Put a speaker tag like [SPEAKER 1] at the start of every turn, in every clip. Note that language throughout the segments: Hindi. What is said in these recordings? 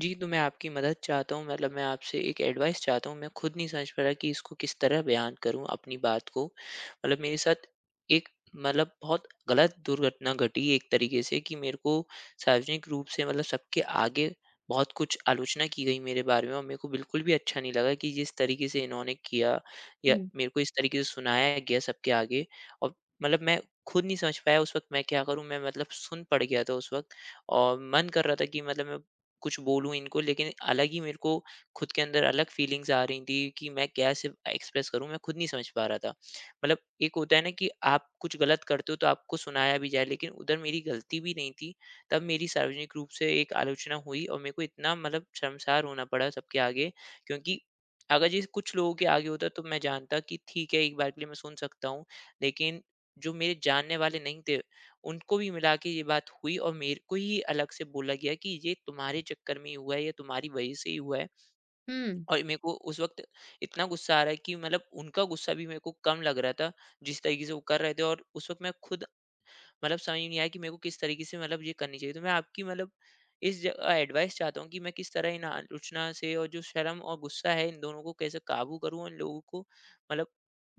[SPEAKER 1] जी, तो मैं आपकी मदद चाहता हूँ, मतलब मैं आपसे एक एडवाइस चाहता हूँ। मैं खुद नहीं समझ पा रहा कि इसको किस तरह बयान करूँ अपनी बात को। मतलब मेरे साथ एक मतलब बहुत गलत दुर्घटना घटी एक तरीके से, कि मेरे को सार्वजनिक रूप से, मतलब सबके आगे, बहुत कुछ आलोचना की गई मेरे बारे में। और मेरे को बिल्कुल भी अच्छा नहीं लगा कि जिस तरीके से इन्होंने किया या
[SPEAKER 2] हुँ।
[SPEAKER 1] मेरे को इस तरीके से सुनाया गया सबके आगे। और मतलब मैं खुद नहीं समझ पाया उस वक़्त मैं क्या करूँ? मैं, मतलब, सुन पड़ गया था उस वक़्त। और मन कर रहा था कि मतलब मैं कुछ बोलूँ इनको, लेकिन अलग ही मेरे को खुद के अंदर अलग फीलिंग्स आ रही थी कि मैं कैसे एक्सप्रेस करूँ, मैं खुद नहीं समझ पा रहा था। मतलब, एक होता है ना कि आप कुछ गलत करते हो तो आपको सुनाया भी जाए, लेकिन उधर मेरी गलती भी नहीं थी। तब मेरी सार्वजनिक रूप से एक आलोचना हुई और मेरे को इतना, मतलब, शर्मसार होना पड़ा सबके आगे। क्योंकि अगर ये कुछ लोगों के आगे होता तो मैं जानता कि ठीक है, एक बार के लिए मैं सुन सकता हूँ। लेकिन जो मेरे जानने वाले नहीं थे, उनको भी मिला के ये बात हुई और मेरे को ही अलग से बोला गया कि ये तुम्हारे चक्कर में ही हुआ है, ये तुम्हारी वजह से ही हुआ है।
[SPEAKER 2] हुँ।
[SPEAKER 1] और मेरे को उस वक़्त इतना गुस्सा आ रहा है कि, मतलब, उनका गुस्सा भी मेरे को कम लग रहा था, जिस तरीके से वो कर रहे थे। और उस वक़्त मैं खुद, मतलब, समझ नहीं आया कि मेरे को किस तरीके से, मतलब, ये करनी चाहिए। तो मैं आपकी, मतलब, इस जगह एडवाइस चाहता हूँ कि मैं किस तरह इन आलोचना से और जो शर्म और गुस्सा है, इन दोनों को कैसे काबू करूँ और इन लोगों को, मतलब,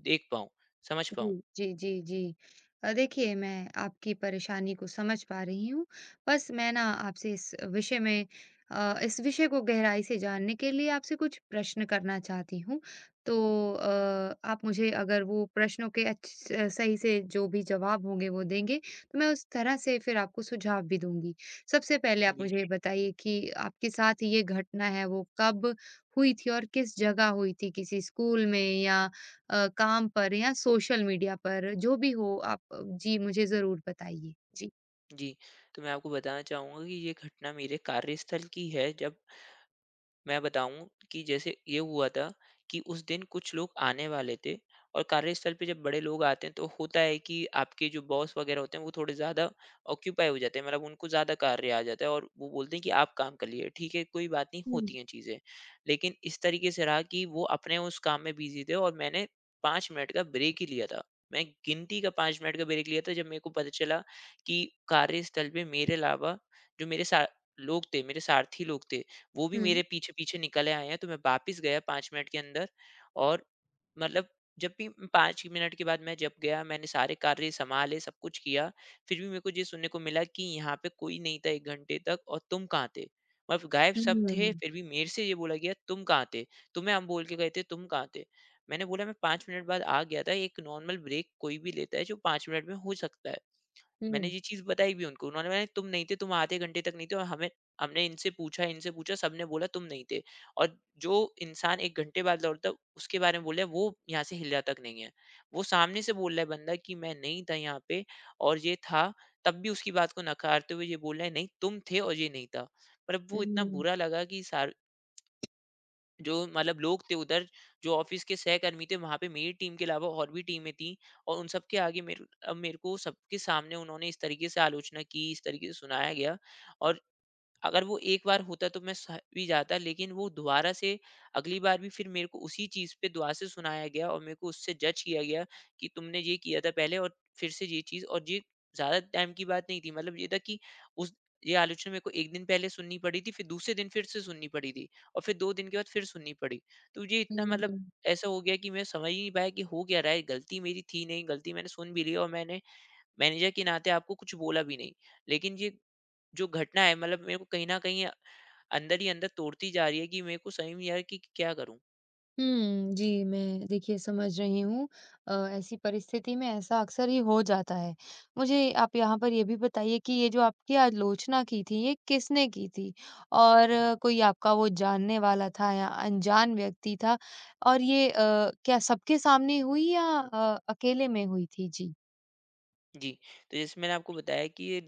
[SPEAKER 1] देख पाऊँ, समझ पाऊँ?
[SPEAKER 2] जी। जी, जी, जी। देखिए मैं आपकी परेशानी को समझ पा रही हूँ। बस मैं ना आपसे इस विषय में, इस विषय को गहराई से जानने के लिए आपसे कुछ प्रश्न करना चाहती हूँ। तो आप मुझे अगर वो प्रश्नों के अच्छ सही से जो भी जवाब होंगे वो देंगे, तो मैं उस तरह से फिर आपको सुझाव भी दूँगी। सबसे पहले आप
[SPEAKER 1] जी।
[SPEAKER 2] मुझे ये बताइए कि आपके साथ ये घटना है वो कब हुई थी और किस जगह हुई थी? किसी स्कूल में या काम पर या सोशल मीडिया पर, जो भी हो आप, जी, मुझे ज़रूर बताइए? जी।
[SPEAKER 1] जी, तो मैं आपको बताना चाहूँगा कि ये घटना मेरे कार्यस्थल की है। जब मैं बताऊँ कि जैसे ये हुआ था, कि उस दिन कुछ लोग आने वाले थे और कार्यस्थल पे जब बड़े लोग आते हैं तो होता है कि आपके जो बॉस वगैरह होते हैं वो थोड़े ज़्यादा ऑक्यूपाई हो जाते हैं, मतलब उनको ज़्यादा कार्य आ जाता है और वो बोलते हैं कि आप काम कर लिए, ठीक है, कोई बात नहीं,
[SPEAKER 2] हुँ।
[SPEAKER 1] होती हैं चीज़ें। लेकिन इस तरीके से रहा कि वो अपने उस काम में बिजी थे और मैंने 5 मिनट का ब्रेक ही लिया था। मैं गिनती का 5 मिनट का ब्रेक लिया था, जब मेरे को पता चला कि कार्यस्थल पे मेरे अलावा, जो मेरे साथ लोग थे, मेरे सारथी लोग थे, वो भी
[SPEAKER 2] हुँ।
[SPEAKER 1] मेरे पीछे-पीछे निकले आए हैं। तो मैं वापिस गया 5 मिनट के अंदर। और मतलब जब भी 5 मिनट के बाद मैं जब गया, मैंने सारे कार्य सँभाले, सब कुछ किया, फिर भी मेरे को ये सुनने को मिला कि यहाँ पे कोई नहीं था 1 घंटे तक, और तुम कहाँ थे? मतलब गायब
[SPEAKER 2] हुँ,
[SPEAKER 1] सब थे,
[SPEAKER 2] हुँ,
[SPEAKER 1] फिर भी मेरे से ये बोला गया, "तुम कहाँ थे? तुम्हें हम बोल के गए थे, तुम कहाँ थे?" मैंने बोला, "मैं 5 मिनट बाद आ गया था, एक नॉर्मल ब्रेक कोई भी लेता है, जो 5 मिनट में हो सकता है।" मैंने ये चीज़ बताई भी उनको, उन्होंने, मैंने तुम नहीं थे, तुम आधे घंटे तक नहीं थे और हमें हमने इनसे पूछा, सबने बोला तुम नहीं थे। और जो इंसान 1 घंटे बाद लौटता है, उसके बारे में बोल रहा है, वो यहाँ से हिला तक नहीं है। वो सामने से बोल रहा है बंदा कि मैं नहीं था यहाँ पे और ये था, तब भी उसकी बात को नकारते हुए ये बोल रहा है, नहीं तुम थे और ये नहीं था। मतलब वो इतना
[SPEAKER 2] हुँ,
[SPEAKER 1] बुरा लगा कि सार्वजनिक, जो मतलब लोग थे उधर, जो ऑफिस के सहकर्मी थे वहां पे, मेरी टीम के अलावा और भी टीमें थी, और उन सबके आगे मेरे, अब मेरे को सबके सामने उन्होंने इस तरीके से आलोचना की, इस तरीके से सुनाया गया। और अगर वो एक बार होता तो मैं सह भी जाता, लेकिन वो दोबारा से, अगली बार भी फिर मेरे को उसी चीज़ पे दोबारा से सुनाया गया और मेरे को उससे जज किया गया कि तुमने ये किया था पहले और फिर से ये चीज़। और ये ज़्यादा टाइम की बात नहीं थी, मतलब ये था कि उस, ये आलोचना मेरे को एक दिन पहले सुननी पड़ी थी, फिर दूसरे दिन फिर से सुननी पड़ी थी, और फिर 2 दिन के बाद फिर सुननी पड़ी। तो ये इतना, मतलब,
[SPEAKER 2] हुँ,
[SPEAKER 1] ऐसा हो गया कि मैं समझ ही नहीं पाया कि हो क्या रहा है। गलती मेरी थी नहीं, गलती मैंने सुन भी ली और मैंने मैनेजर के नाते आपको कुछ बोला भी नहीं, लेकिन ये जो घटना है, मतलब, मेरे को कहीं न कहीं अंदर ही अंदर तोड़ती जा रही है कि मेरे को सही में यार कि क्या करूँ?
[SPEAKER 2] हुँ, जी, मैं देखिए समझ रही हूँ। ऐसी परिस्थिति में ऐसा अक्सर ही हो जाता है। मुझे आप यहाँ पर ये भी बताइए कि ये जो आपकी आलोचना की थी, ये किसने की थी? और कोई आपका वो जानने वाला था या अनजान व्यक्ति था? और ये क्या सबके सामने हुई या अकेले में हुई थी? जी।
[SPEAKER 1] जी, तो जैसे मैंने आपको बताया कि ये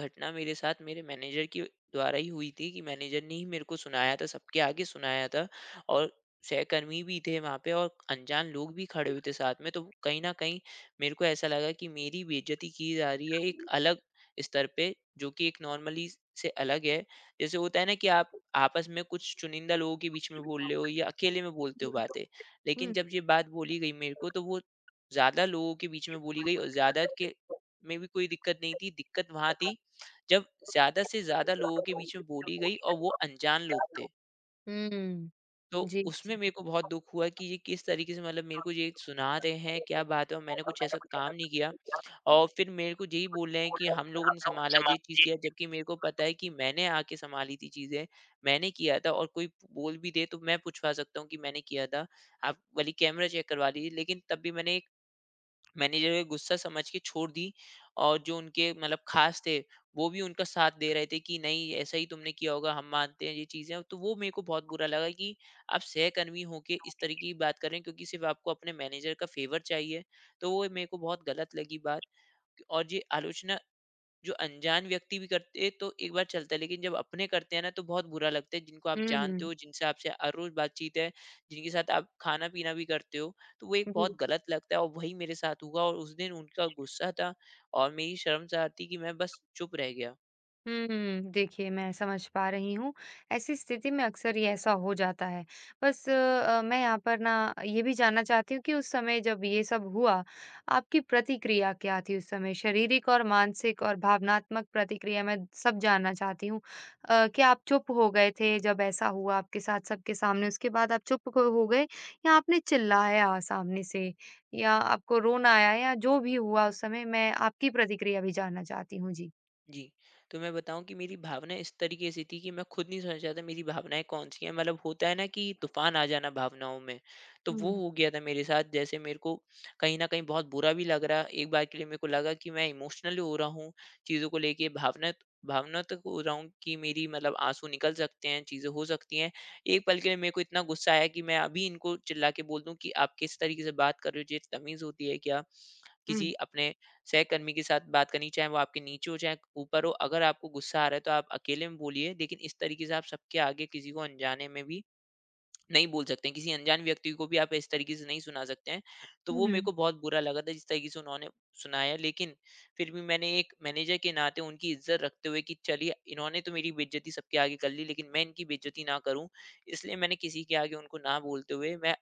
[SPEAKER 1] घटना मेरे साथ मेरे मैनेजर के द्वारा ही हुई थी, कि मैनेजर ने ही मेरे को सुनाया था, सबके आगे सुनाया था और सहकर्मी भी थे वहाँ पे और अनजान लोग भी खड़े हुए थे साथ में। तो कहीं न कहीं मेरे को ऐसा लगा कि मेरी बेइज़्ज़ती की जा रही है एक अलग स्तर पे, जो कि एक नॉर्मली से अलग है। जैसे होता है ना कि आप आपस में कुछ चुनिंदा लोगों के बीच में बोल रहे हो या अकेले में बोलते हो बातें। लेकिन जब ये बात बोली गई मेरे को, तो वो ज़्यादा लोगों के बीच में बोली गई, और ज़्यादा के में भी कोई दिक्कत नहीं थी, दिक्कत वहाँ थी जब ज़्यादा से ज़्यादा लोगों के बीच में बोली गई और वो अनजान लोग थे।
[SPEAKER 2] हुँ,
[SPEAKER 1] तो
[SPEAKER 2] जी,
[SPEAKER 1] उसमें
[SPEAKER 2] जी।
[SPEAKER 1] मेरे को बहुत दुःख हुआ कि ये किस तरीके से, मतलब, मेरे को ये सुना रहे हैं, क्या बात है, और मैंने कुछ ऐसा काम नहीं किया। और फिर मेरे को यही बोल रहे हैं कि हम लोगों ने सँभाला, ये चीज़ किया, जबकि मेरे को पता है कि मैंने आके सँभाली थी चीज़ें, मैंने किया था, और कोई बोल भी दे तो मैं पुछवा सकता हूँ कि मैंने किया था। आप भले ही कैमरा चेक करवा लीजिए, लेकिन तब भी मैंने मैनेजर का गुस्सा समझ के छोड़ दी। और जो उनके, मतलब, खास थे, वो भी उनका साथ दे रहे थे कि नहीं ऐसा ही तुमने किया होगा, हम मानते हैं ये चीजें, तो वो मेरे को बहुत बुरा लगा कि आप सहकर्मी होके इस तरीके की बात कर रहे हैं, क्योंकि सिर्फ आपको अपने मैनेजर का फेवर चाहिए। तो वो मेरे को बहुत गलत लगी बात। और ये आलोचना जो अनजान व्यक्ति भी करते तो एक बार चलता है, लेकिन जब अपने करते हैं ना तो बहुत बुरा लगता है, जिनको आप
[SPEAKER 2] हुँ,
[SPEAKER 1] जानते
[SPEAKER 2] हुँ।
[SPEAKER 1] हो, जिनसे आपसे हर रोज बातचीत है, जिनके साथ आप खाना पीना भी करते हो, तो वो एक
[SPEAKER 2] जी।
[SPEAKER 1] बहुत गलत लगता है। और वही मेरे साथ हुआ, और उस दिन उनका गुस्सा था, और मेरी शर्म सा आती कि मैं बस चुप रह गया।
[SPEAKER 2] हुँ, देखिए मैं समझ पा रही हूँ। ऐसी स्थिति में अक्सर ये ऐसा हो जाता है। बस मैं यहाँ पर ना ये भी जानना चाहती हूँ कि उस समय जब ये सब हुआ, आपकी प्रतिक्रिया क्या थी उस समय? शारीरिक और मानसिक और भावनात्मक प्रतिक्रिया मैं सब जानना चाहती हूँ। क्या आप चुप हो गए थे जब ऐसा हुआ आपके साथ सबके सामने? उसके बाद आप चुप क हो गए या आपने चिल्लाया सामने से या आपको रोना आया या जो भी हुआ उस समय मैं आपकी प्रतिक्रिया भी जानना चाहती हूँ? जी।
[SPEAKER 1] जी, तो मैं बताऊँ कि मेरी भावना इस तरीके से थी कि मैं खुद नहीं समझ रहा था मेरी भावनाएँ कौन-सी हैं, मतलब होता है ना कि तूफ़ान आ जाना भावनाओं में, तो वो
[SPEAKER 2] हुँ,
[SPEAKER 1] हो गया था मेरे साथ। जैसे मेरे को कहीं न कहीं बहुत बुरा भी लग रहा, एक बार के लिए मेरे को लगा कि मैं इमोशनल हो रहा हूँ, चीज़ों को लेके भावनात्मक हो रहा हूँ कि मेरी, मतलब, आँसू निकल सकते हैं, चीज़ें हो सकती हैं। एक पल के लिए मेरे को इतना गुस्सा आया कि मैं अभी इनको चिल्ला के बोल दूँ कि आप किस तरीके से बात कर रहे हो, ये तमीज़ होती है क्या?
[SPEAKER 2] हुँ।
[SPEAKER 1] किसी अपने सहकर्मी के साथ बात करनी, चाहे वो आपके नीचे हो, चाहे ऊपर हो, अगर आपको गुस्सा आ रहा है तो आप अकेले में बोलिए, लेकिन इस तरीके से आप सबके आगे किसी को अनजाने में भी नहीं बोल सकते हैं, किसी अनजान व्यक्ति को भी आप इस तरीके से नहीं सुना सकते हैं। तो
[SPEAKER 2] हुँ,
[SPEAKER 1] वो मेरे
[SPEAKER 2] हुँ।
[SPEAKER 1] को बहुत बुरा लगा था जिस तरीके से उन्होंने सुनाया, लेकिन फिर भी मैंने एक मैनेजर के नाते उनकी इज़्ज़त रखते हुए कि चलिए इन्होंने तो मेरी बेइज़्ज़ती सबके आगे कर ली, लेकिन मैं इनकी बेइज़्ज़ती ना करूँ, इसलिए मैंने किसी के आगे उनको ना बोलते हुए मैं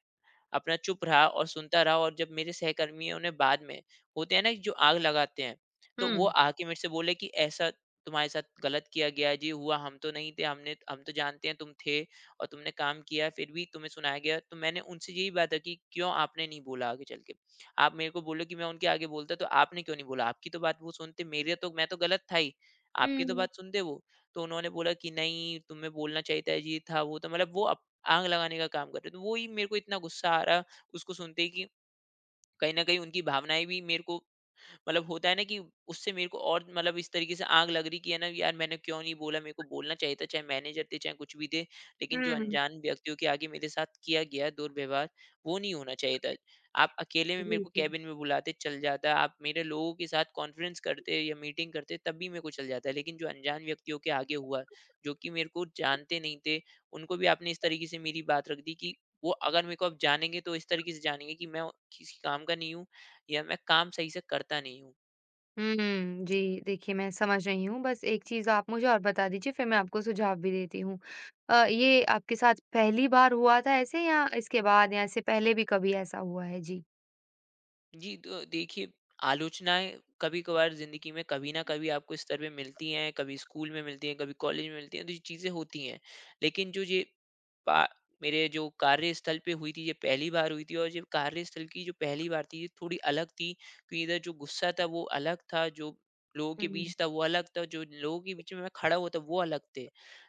[SPEAKER 1] अपना चुप रहा और सुनता रहा। और जब मेरे सहकर्मियों ने बाद में होते हैं ना जो आग लगाते हैं, तो वो आके मेरे से बोले कि ऐसा तुम्हारे साथ गलत किया गया है। जी हुआ, हम तो नहीं थे, हमने हम तो जानते हैं तुम थे और तुमने काम किया है, फिर भी तुम्हें सुनाया गया। तो मैंने उनसे यही बात है कि क्यों आपने नहीं बोला? आगे चल के आप मेरे को बोलो कि मैं उनके आगे बोलता, तो आपने क्यों नहीं बोला? आपकी तो बात वो सुनते, मेरे तो मैं तो गलत था ही,
[SPEAKER 2] हुँ,
[SPEAKER 1] आपकी तो
[SPEAKER 2] हुँ।
[SPEAKER 1] बात सुनते वो। तो उन्होंने बोला कि नहीं, तुम्हें बोलना चाहिए था, ये था वो, तो मतलब वो आग लगाने का काम कर रहे हो। तो वो ही मेरे को इतना गुस्सा आ रहा, उसको सुनते ही कि कहीं न कहीं उनकी भावनाएँ भी मेरे को मतलब होता है ना कि उससे मेरे को और मतलब इस तरीके से आग लग रही कि है ना यार मैंने क्यों नहीं बोला, मेरे को बोलना चाहिए था, चाहे मैनेजर थे चाहे कुछ भी थे, लेकिन जो अनजान व्यक्तियों के आगे मेरे साथ किया गया है दुर्व्यवहार, वो नहीं होना चाहिए था। आप अकेले में मेरे
[SPEAKER 2] जी,
[SPEAKER 1] को
[SPEAKER 2] जी।
[SPEAKER 1] कैबिन में बुलाते चल जाता, आप मेरे लोगों के साथ कॉन्फ्रेंस करते या मीटिंग करते तब भी मेरे को चल जाता है, लेकिन जो अनजान व्यक्तियों के आगे हुआ, जो कि मेरे को जानते नहीं थे, उनको भी आपने इस तरीके से मेरी बात रख दी कि वो अगर मेरे को अब जानेंगे तो इस तरीके से जानेंगे कि मैं किसी काम का नहीं हूँ या मैं काम सही से करता नहीं हूँ।
[SPEAKER 2] हुँ, जी, देखिए मैं समझ रही हूँ, बस एक चीज़ आप मुझे और बता दीजिए फिर मैं आपको सुझाव भी देती हूँ। ये आपके साथ पहली बार हुआ था ऐसे या इसके बाद या इससे पहले भी कभी ऐसा हुआ है? जी।
[SPEAKER 1] जी, तो देखिए, आलोचनाएँ कभी-कभार ज़िंदगी में कभी न कभी आपको इस स्तर पे मिलती हैं, कभी स्कूल में मिलती हैं, कभी कॉलेज में मिलती हैं, तो ये चीज़ें होती हैं। लेकिन जो ये पा मेरे जो कार्यस्थल पे हुई थी, ये पहली बार हुई थी और ये कार्यस्थल की जो पहली बार थी, ये थोड़ी अलग थी कि इधर जो गुस्सा था, वो अलग था, जो लोगों के
[SPEAKER 2] हुँ।
[SPEAKER 1] बीच था, वो अलग था, जो लोगों के बीच में मैं खड़ा हुआ था, वो अलग थे।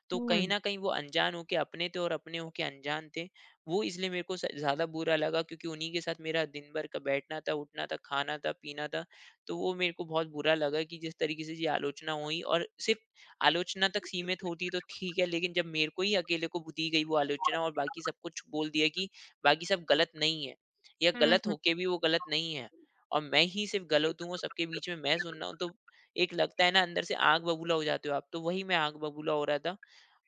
[SPEAKER 1] तो कहीं
[SPEAKER 2] हुँ।
[SPEAKER 1] न कहीं वो अनजान हो के अपने थे और अपने हो के अनजान थे। वो इसलिए मेरे को स ज़्यादा बुरा लगा क्योंकि उन्हीं के साथ मेरा दिन भर का बैठना था, उठना था, खाना था, पीना था। तो वो मेरे को बहुत बुरा लगा कि जिस तरीके से ये आलोचना हुई, और सिर्फ़ आलोचना तक सीमित होती तो ठीक है, लेकिन जब मेरे को ही अकेले को दी गई वो आलोचना और बाकी सब कुछ बोल दिया कि बाकी सब गलत नहीं है या
[SPEAKER 2] हुँ,
[SPEAKER 1] गलत
[SPEAKER 2] हुँ,
[SPEAKER 1] होके भी वो गलत नहीं है, और मैं ही सिर्फ़ गलत हूँ और सबके बीच में मैं सुन रहा हूँ, तो एक लगता है ना अंदर से आग बबूला हो जाते हो आप, तो वही मैं आग बबूला हो रहा था।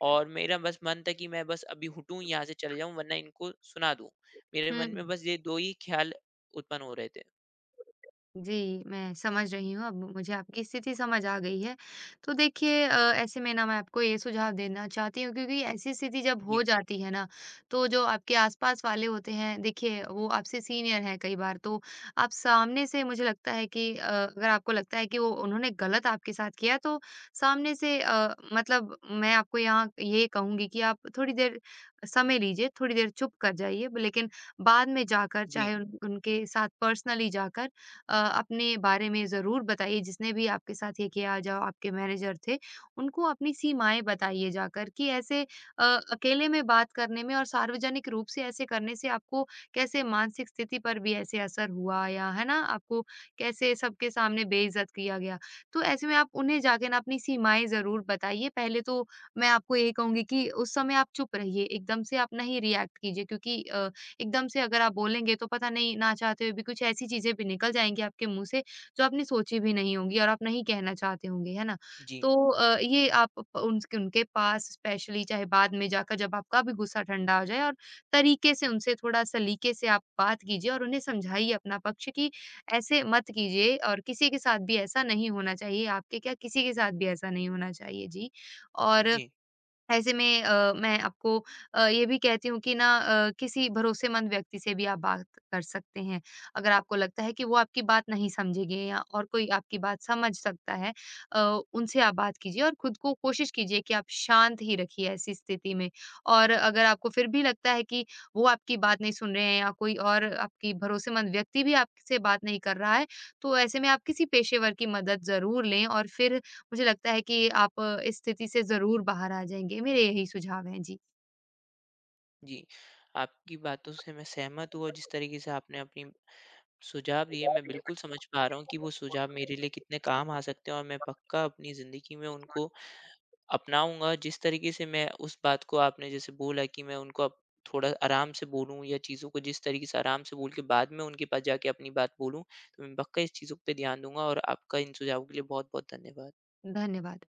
[SPEAKER 1] और मेरा बस मन था कि मैं बस अभी हटूँ, यहाँ से चले जाऊँ वरना इनको सुना दूँ। मेरे मन में
[SPEAKER 2] हुँ।
[SPEAKER 1] बस ये 2 ही ख़्याल उत्पन्न हो रहे थे।
[SPEAKER 2] जी, मैं समझ रही हूँ, अब मुझे आपकी स्थिति समझ आ गई है। तो देखिए, ऐसे में ना मैं आपको ये सुझाव देना चाहती हूँ, क्योंकि ऐसी स्थिति जब हो
[SPEAKER 1] जी,
[SPEAKER 2] जाती है ना, तो जो आपके आस-पास वाले होते हैं, देखिए वो आपसे सीनियर हैं कई बार। तो आप सामने से मुझे लगता है कि अगर आपको लगता है कि वो उन्होंने गलत आपके साथ किया, तो सामने से, मतलब मैं आपको यहाँ ये कहूँगी कि आप थोड़ी देर समय लीजिए, थोड़ी देर चुप कर जाइए, लेकिन बाद में जाकर,
[SPEAKER 1] जी,
[SPEAKER 2] चाहे उन उनके साथ पर्सनली जाकर, अपने बारे में ज़रूर बताइए। जिसने भी आपके साथ ये किया, जो आपके मैनेजर थे, उनको अपनी सीमाएँ बताइए जाकर कि ऐसे अकेले में बात करने में और सार्वजनिक रूप से ऐसे करने से आपको कैसे मानसिक स्थिति पर भी ऐसे असर हुआ, या है ना, आपको कैसे सबके सामने बेइज़्ज़त किया गया। तो ऐसे में आप उन्हें जाके ना अपनी सीमाएँ ज़रूर बताइए। पहले तो मैं आपको यही कहूँगी कि उस समय आप चुप रहिए, एकदम से आप नहीं रिएक्ट कीजिए, क्योंकि एकदम से अगर आप बोलेंगे तो पता नहीं, ना चाहते हुए भी कुछ ऐसी चीज़ें भी निकल जाएँगी आपके मुँह से, जो आपने सोची भी नहीं होंगी और आप नहीं कहना चाहते होंगे, है ना?
[SPEAKER 1] जी,
[SPEAKER 2] तो ये आप प उनके उनके पास स्पेशली, चाहे बाद में जाकर, जब आपका भी गुस्सा ठंडा हो जाए और तरीके से उनसे थोड़ा सलीके से आप बात कीजिए और उन्हें समझाइए अपना पक्ष कि ऐसे मत कीजिए, और किसी के साथ भी ऐसा नहीं होना चाहिए, आपके क्या किसी के साथ भी ऐसा नहीं होना चाहिए। जी, और
[SPEAKER 1] जी,
[SPEAKER 2] ऐसे में मैं आपको ये भी कहती हूँ कि ना, किसी भरोसेमंद व्यक्ति से भी आप बात कर सकते हैं। अगर आपको लगता है कि वो आपकी बात नहीं समझेंगे या और कोई आपकी बात समझ सकता है, अ, उनसे आप बात कीजिए और खुद को कोशिश कीजिए कि आप शांत ही रखिए ऐसी स्थिति में। और अगर आपको फिर भी लगता है कि वो आपकी बात नहीं सुन रहे हैं या कोई और आपकी भरोसेमंद व्यक्ति भी आपसे बात नहीं कर रहा है, तो ऐसे में आप किसी पेशेवर की मदद ज़रूर लें और फिर मुझे लगता है कि आप इस स्थिति से ज़रूर बाहर आ जाएँगे। मेरे यही सुझाव हैं। जी,
[SPEAKER 1] जी। आपकी बातों से मैं सहमत हूँ और जिस तरीक़े से आपने अपनी सुझाव दिए, मैं बिल्कुल समझ पा रहा हूँ कि वो सुझाव मेरे लिए कितने काम आ सकते हैं और मैं पक्का अपनी ज़िंदगी में उनको अपनाऊँगा। जिस तरीके से मैं उस बात को आपने जैसे बोला कि मैं उनको अब थोड़ा आराम से बोलूँ या चीज़ों को जिस तरीके से आराम से बोल के बाद में उनके पास जाके अपनी बात बोलूँ, तो मैं पक्का इस चीज़ों पे ध्यान दूँगा, और आपका इन सुझावों के लिए बहुत-बहुत धन्यवाद।
[SPEAKER 2] धन्यवाद।